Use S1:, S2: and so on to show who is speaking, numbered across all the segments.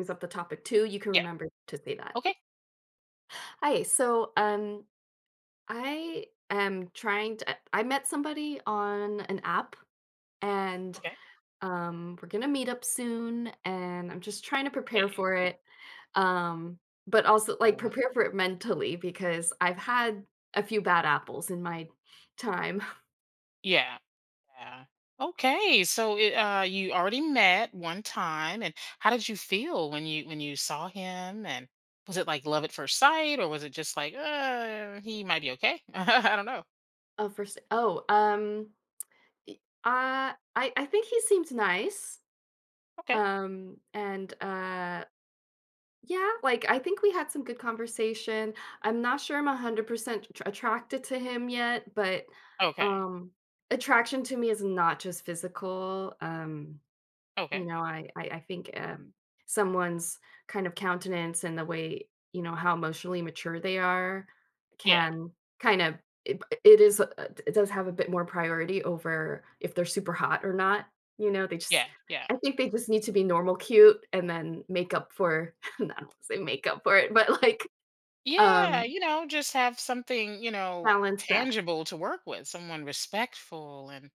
S1: Brings up the topic too, you can
S2: Yeah.
S1: remember to say that.
S2: Okay.
S1: Hi, so I am trying to. I met somebody on an app, and
S2: Okay.
S1: we're gonna meet up soon, and I'm just trying to prepare
S2: Okay.
S1: for it. Um, but also like
S2: Oh,
S1: prepare for it mentally because I've had a few bad apples in my time.
S2: yeah. Yeah. Okay. So you already met one time, and how did you feel when you saw him? And was it like love at first sight, or was it just like he might be okay? I don't know.
S1: Oh, first. Oh, y- I think he seemed nice.
S2: Okay.
S1: And. Yeah, like I think we had some good conversation. I'm not sure I'm 100% attracted to him yet, but
S2: Okay.
S1: um attraction to me is not just physical. You
S2: Okay.
S1: know, I think, someone's kind of countenance and the way, you know, how emotionally mature they are
S2: Yeah.
S1: can kind of it is, it does have a bit more priority over if they're super hot or not, you know, they
S2: Yeah.
S1: just
S2: Yeah.
S1: I think they just need to be normal cute and then make up for I don't to say make up for it, but, like,
S2: Yeah.
S1: um,
S2: You know, just have something, you know,
S1: balance that.
S2: tangible to work with, someone respectful and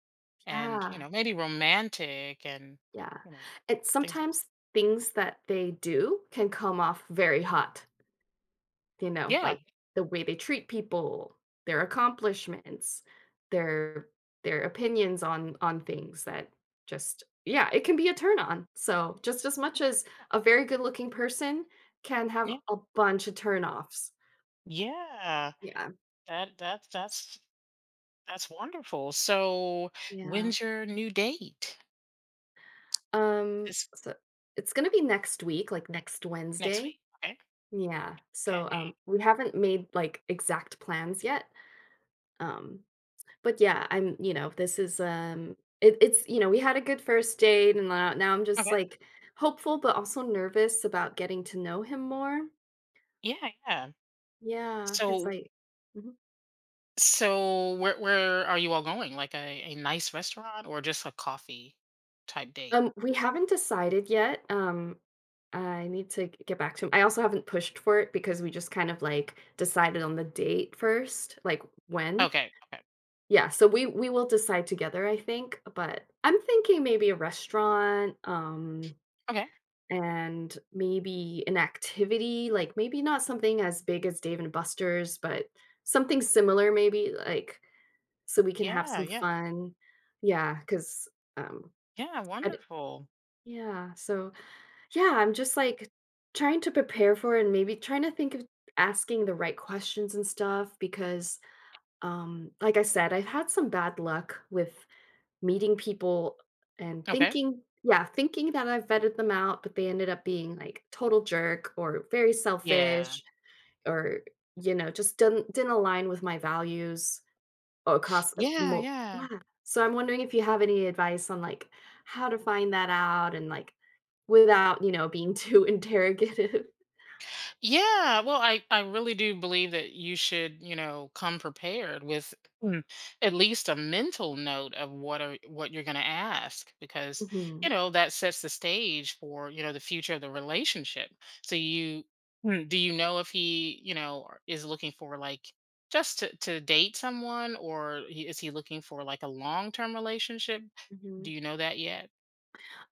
S2: and you
S1: Yeah,
S2: know, maybe romantic and,
S1: yeah.
S2: you know,
S1: And
S2: things like
S1: sometimes things that they do can come off very hot. You know,
S2: yeah.
S1: like the way they treat people, their accomplishments, their their opinions on things that just yeah, it can be a turn on. So, just as
S2: Yeah,
S1: much as a very good looking person can have
S2: yeah,
S1: a bunch of turn offs.
S2: yeah.
S1: Yeah.
S2: That's that's wonderful. So,
S1: Yeah.
S2: when's your new date?
S1: Um,
S2: This
S1: so it's gonna be next week, like next
S2: next week.
S1: Wednesday.
S2: Okay.
S1: Yeah. So
S2: Okay.
S1: we haven't made like exact plans yet. Um But yeah, I'm, you know, this is, it's, you know, we had a good first date and now I'm just,
S2: Okay.
S1: like, hopeful, but also nervous about getting to know him more.
S2: Yeah, yeah.
S1: Yeah, because
S2: So
S1: like mhm.
S2: so where are you all going? Like a nice restaurant or just a coffee type date?
S1: We haven't decided yet, I need to g get back to him. I also haven't pushed for it because we just kind of, like, decided on the date first, like, when.
S2: Okay. Okay.
S1: Yeah, so we will decide together, I think, but I'm thinking maybe a restaurant,
S2: Okay.
S1: and maybe an activity, like maybe not something as big as Dave and Buster's, but something similar maybe, like, so we can have
S2: Yeah,
S1: some
S2: yeah.
S1: fun. Yeah, because um,
S2: Yeah,
S1: I d
S2: wonderful.
S1: yeah, so, yeah, I'm just, like, trying to prepare for it and maybe trying to think of asking the right questions and stuff because, like I said, I've had some bad luck with meeting people and
S2: Okay.
S1: thinking yeah, thinking that I've vetted them out, but they ended up being like total jerk or very
S2: Yeah.
S1: selfish or, you know, just didn't align with my values across the
S2: Yeah,
S1: mul
S2: yeah.
S1: yeah. So I'm wondering if you have any advice on like how to find that out and like without, you know, being too interrogative.
S2: Yeah, well, I really do believe that you should, you know, come prepared with mm, at least a mental note of what are what you're going to ask because, you
S1: Mhm.
S2: know, that sets the stage for, you know, the future of the relationship. So you do you know if he, you know, is looking for like just to date someone or is he looking for like a long-term relationship? Do
S1: Mhm.
S2: you know that yet?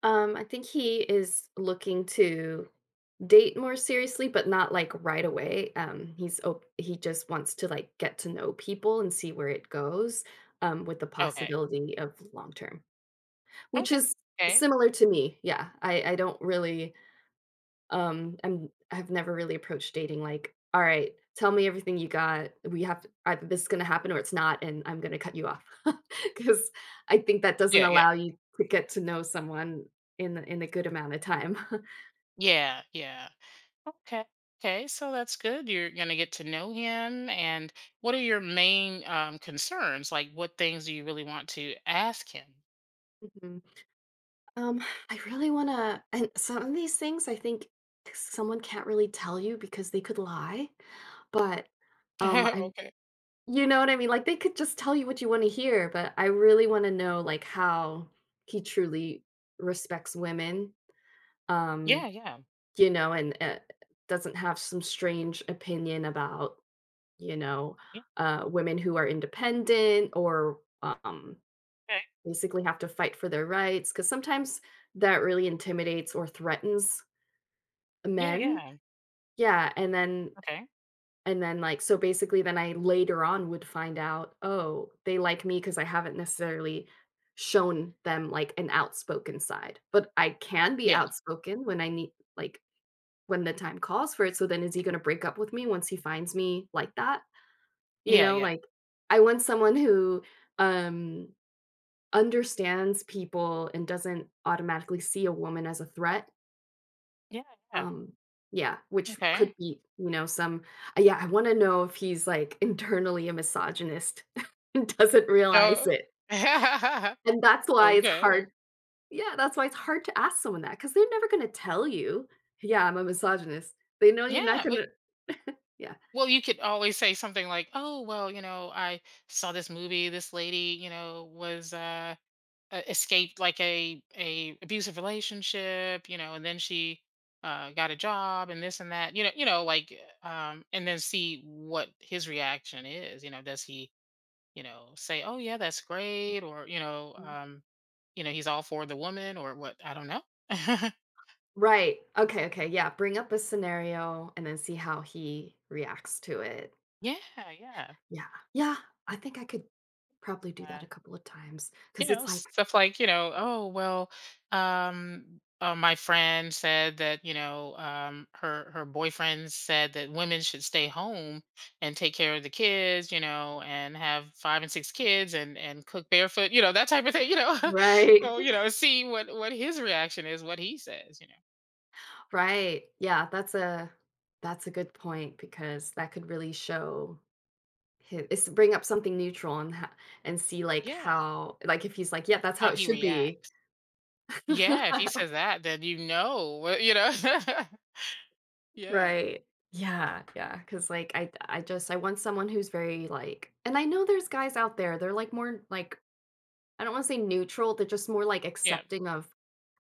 S1: I think he is looking to date more seriously, but not like right away. He just wants to like get to know people and see where it goes, with the
S2: Okay.
S1: possibility of long term, which
S2: Okay.
S1: is
S2: Okay.
S1: similar to me. Yeah, I don't really I've never really approached dating like, all right, tell me everything you got. We have to, either this is going to happen or it's not, and I'm going to cut you off. Because I think that doesn't
S2: Yeah, yeah.
S1: allow you to get to know someone in a good amount of time.
S2: Yeah, yeah. Okay. Okay. So that's good. You're going to get to know him. And what are your main concerns? Like, what things do you really want to ask him?
S1: Mhm. Um, I really wanna, and some of these things I think someone can't really tell you because they could lie, but, I,
S2: okay.
S1: you know what I mean? Like, they could just tell you what you wanna hear, but I really wanna know, like, how he truly respects women, um,
S2: Yeah. Yeah.
S1: you know, doesn't have some strange opinion about, you know,
S2: Yeah.
S1: women who are independent or, um
S2: Okay.
S1: basically have to fight for their rights, because sometimes that really intimidates or threatens
S2: Yeah.
S1: men.
S2: Yeah.
S1: Yeah,
S2: Okay.
S1: and then like so basically then I later on would find out, oh, they like me because I haven't necessarily shown them like an outspoken side. But I can be
S2: Yeah.
S1: outspoken when I need, like when the time calls for it. So then is he gonna break up with me once he finds me like that? You
S2: Yeah.
S1: know,
S2: Yeah.
S1: like I want someone who um understands people and doesn't automatically see a woman as a threat,
S2: Yeah. Yeah.
S1: um, yeah, which
S2: Okay.
S1: could be, you know, some yeah, I wanna know if he's, like, internally a misogynist and doesn't realize
S2: Oh.
S1: it, and that's why it's
S2: okay.
S1: hard, yeah, that's why it's hard to ask someone that because 'cause they're never gonna tell you, "Yeah, I'm a misogynist." They know you're not
S2: Yeah. But,
S1: gonna yeah.
S2: well, you could always say something like, "Oh, well, you know, I saw this movie. This lady, you know, was escaped like a abusive relationship, you know, and then she got a job and this and that, you know, like, and then see what his reaction is. You know, does he, you know, say, "Oh yeah, that's great," or
S1: Mm.
S2: you know, he's all for the woman or what? I don't know.
S1: Right, okay, okay, yeah, bring up a scenario and then see how he reacts to it.
S2: yeah, yeah.
S1: Yeah, yeah, I think I could probably do
S2: Uh,
S1: that a couple of times
S2: you
S1: because
S2: know,
S1: it's like
S2: stuff like, you know, oh well, my friend said that, you know, her boyfriend said that women should stay home and take care of the kids, you know, and have five and six kids and cook barefoot, you know, that type of thing, you know.
S1: right.
S2: So, you know, see what his reaction is, what he says, you know.
S1: Right, yeah, that's a good point because that could really show hi is to bring up something neutral and ho and see, like,
S2: Yeah,
S1: how, like, if he's like, "Yeah, that's how
S2: how
S1: it
S2: he
S1: should be."
S2: reacts. Yeah, if he says that, then you know you know. Yeah.
S1: Right. Yeah, yeah. Because like, I just I want someone who's very, like, and I know there's guys out there, they're, like, more, like I don't wanna say neutral, they're just more, like,
S2: Yeah.
S1: accepting of,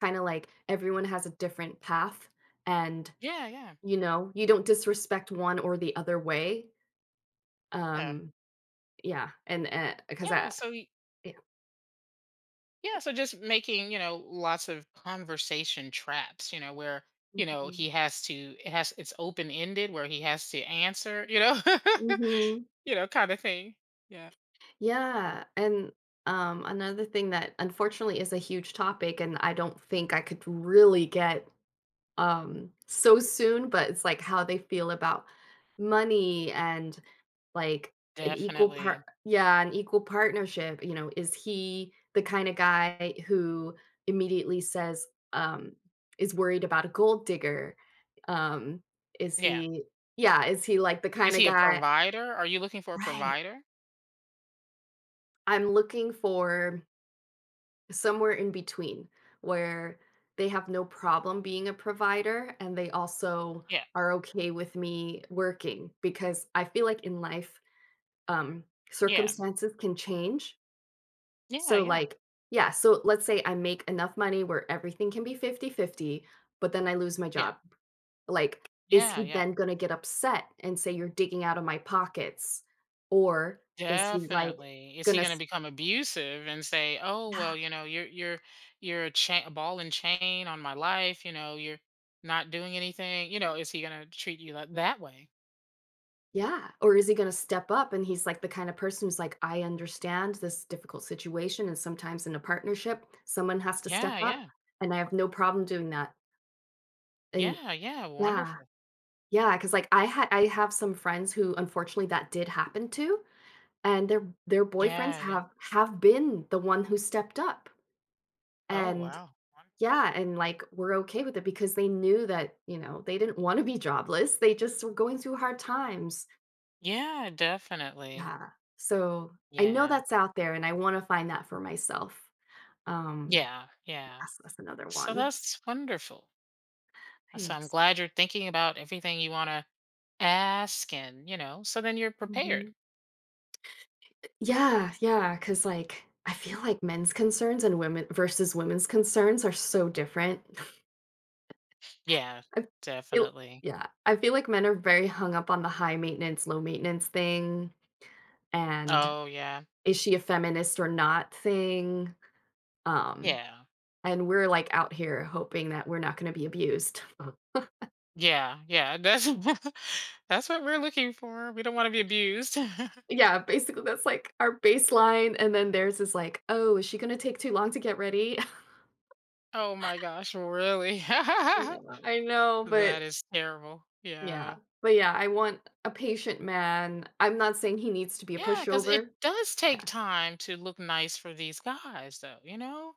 S1: kinda, like, everyone has a different path, and,
S2: Yeah. Yeah.
S1: you know, you don't disrespect one or the other way.
S2: Yeah.
S1: Um, yeah, and, because
S2: Yeah,
S1: I
S2: so
S1: yeah,
S2: yeah, so just making, you know, lots of conversation traps, you know, where, you know,
S1: mhm,
S2: he has to it's open ended where he has to answer, you know.
S1: mhm.
S2: You know, kind of thing. Yeah.
S1: Yeah, and, another thing that unfortunately is a huge topic and I don't think I could really get so soon, but it's like how they feel about money and like an equal part,
S2: Definitely.
S1: yeah, an equal partnership, you know, is he the kind of guy who immediately says um is worried about a gold digger, um is
S2: Yeah.
S1: he, yeah, is he like the kind
S2: Is
S1: of
S2: he a
S1: guy,
S2: provider? Are you looking for a
S1: right,
S2: provider?
S1: I'm looking for somewhere in between where they have no problem being a provider and they also
S2: Yeah.
S1: are okay with me working because I feel like in life, um,
S2: Yeah.
S1: circumstances can change.
S2: Yeah,
S1: So,
S2: yeah.
S1: like, yeah, so let's say I make enough money where everything can be fifty-fifty, but then I lose my
S2: Yeah.
S1: job. Like, is
S2: Yeah,
S1: he
S2: yeah.
S1: then going to get upset and say, You're digging out of my pockets? Or is he like
S2: Definitely. Is
S1: going
S2: he
S1: to
S2: gonna become abusive and say, "Oh, well, you know, you're you're a chain, a ball and chain on my life, you know, you're not doing anything." You know, is he gonna treat you that way?
S1: yeah. Or is he going to step up? And he's like the kind of person who's like, I understand this difficult situation. And sometimes in a partnership, someone has to step
S2: Yeah,
S1: up.
S2: yeah.
S1: And I have no problem doing that. And
S2: Yeah, yeah,
S1: yeah,
S2: wonderful.
S1: yeah. Cause like I have some friends who unfortunately that did happen to, and their boyfriends
S2: Yeah, yeah.
S1: have been the one who stepped up.
S2: Oh,
S1: And
S2: wow. Won
S1: yeah. And like, we're okay with it because they knew that, you know, they didn't want to be jobless. They just were going through hard times.
S2: yeah, definitely.
S1: Yeah. So I know
S2: Yeah.
S1: that's out there and I want to find that for myself. Um,
S2: Yeah, yeah.
S1: yes, that's another
S2: So
S1: one.
S2: that's wonderful. So I'm
S1: Thanks.
S2: glad you're thinking about everything you wanna ask and, you know, so then you're prepared.
S1: Hmm. Yeah, yeah. Cause like I feel like men's concerns and women versus women's concerns are so different.
S2: Yeah,
S1: I feel,
S2: definitely.
S1: yeah. I feel like men are very hung up on the high maintenance, low maintenance thing and
S2: Oh, yeah.
S1: is she a feminist or not thing. Um,
S2: Yeah.
S1: and we're like out here hoping that we're not gonna be abused.
S2: Yeah. Yeah. That's that's what we're looking for. We don't want to be abused.
S1: Yeah, basically that's like our baseline, and then theirs is like, "Oh, is she gonna take too long to get ready?"
S2: Oh my gosh, really?
S1: Yeah. I know,
S2: That
S1: but
S2: is terrible.
S1: yeah.
S2: Yeah.
S1: But yeah, I want a patient man. I'm not saying he needs to be a
S2: Yeah, because it
S1: pushover.
S2: does
S1: Yeah.
S2: take time to look nice for these guys, though, you know?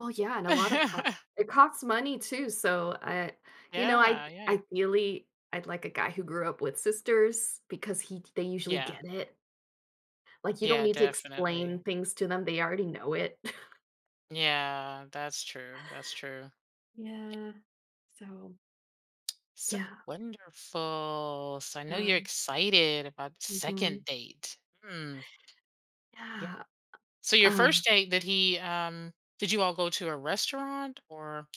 S1: Well, yeah, and a lot of co it costs money too, so I, you know, I
S2: Yeah. Yeah.
S1: ideally, I'd like a guy who grew up with sisters because he they usually
S2: Yeah.
S1: get it. Like, you don't
S2: Yeah,
S1: need to explain
S2: definitely.
S1: things to them, they already know it.
S2: Yeah, that's true. That's true.
S1: Yeah. So
S2: So
S1: yeah,
S2: wonderful. So I know you're
S1: um,
S2: excited about the
S1: mhm.
S2: second date. Hmm.
S1: Yeah,
S2: So your first
S1: um
S2: date, did he did you all go to a restaurant or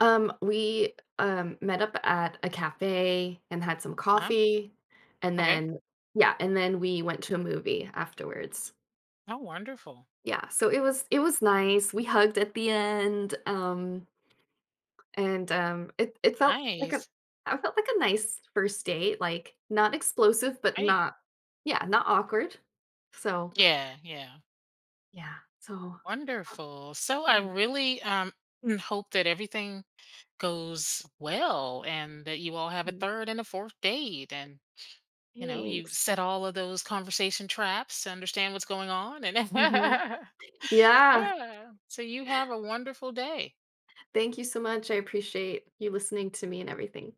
S1: we, met up at a cafe and had some
S2: huh?
S1: coffee, and
S2: Okay.
S1: then yeah, and then we went to a movie afterwards.
S2: Oh, wonderful.
S1: Yeah, so it was nice, we hugged at the end, and, it felt like a
S2: Nice.
S1: I felt like a nice first date, like, not explosive, but
S2: Great.
S1: not, yeah, not awkward. So,
S2: Yeah, yeah.
S1: yeah, so oh,
S2: Wonderful. So I
S1: yeah,
S2: really hope that everything goes well and that you all have a
S1: thanks.
S2: third and a fourth date and you know, you
S1: Thanks.
S2: set all of those conversation traps to understand what's going on and
S1: Mhm. Yeah.
S2: yeah. So you have a wonderful day.
S1: Thank you so much. I appreciate you listening to me and everything.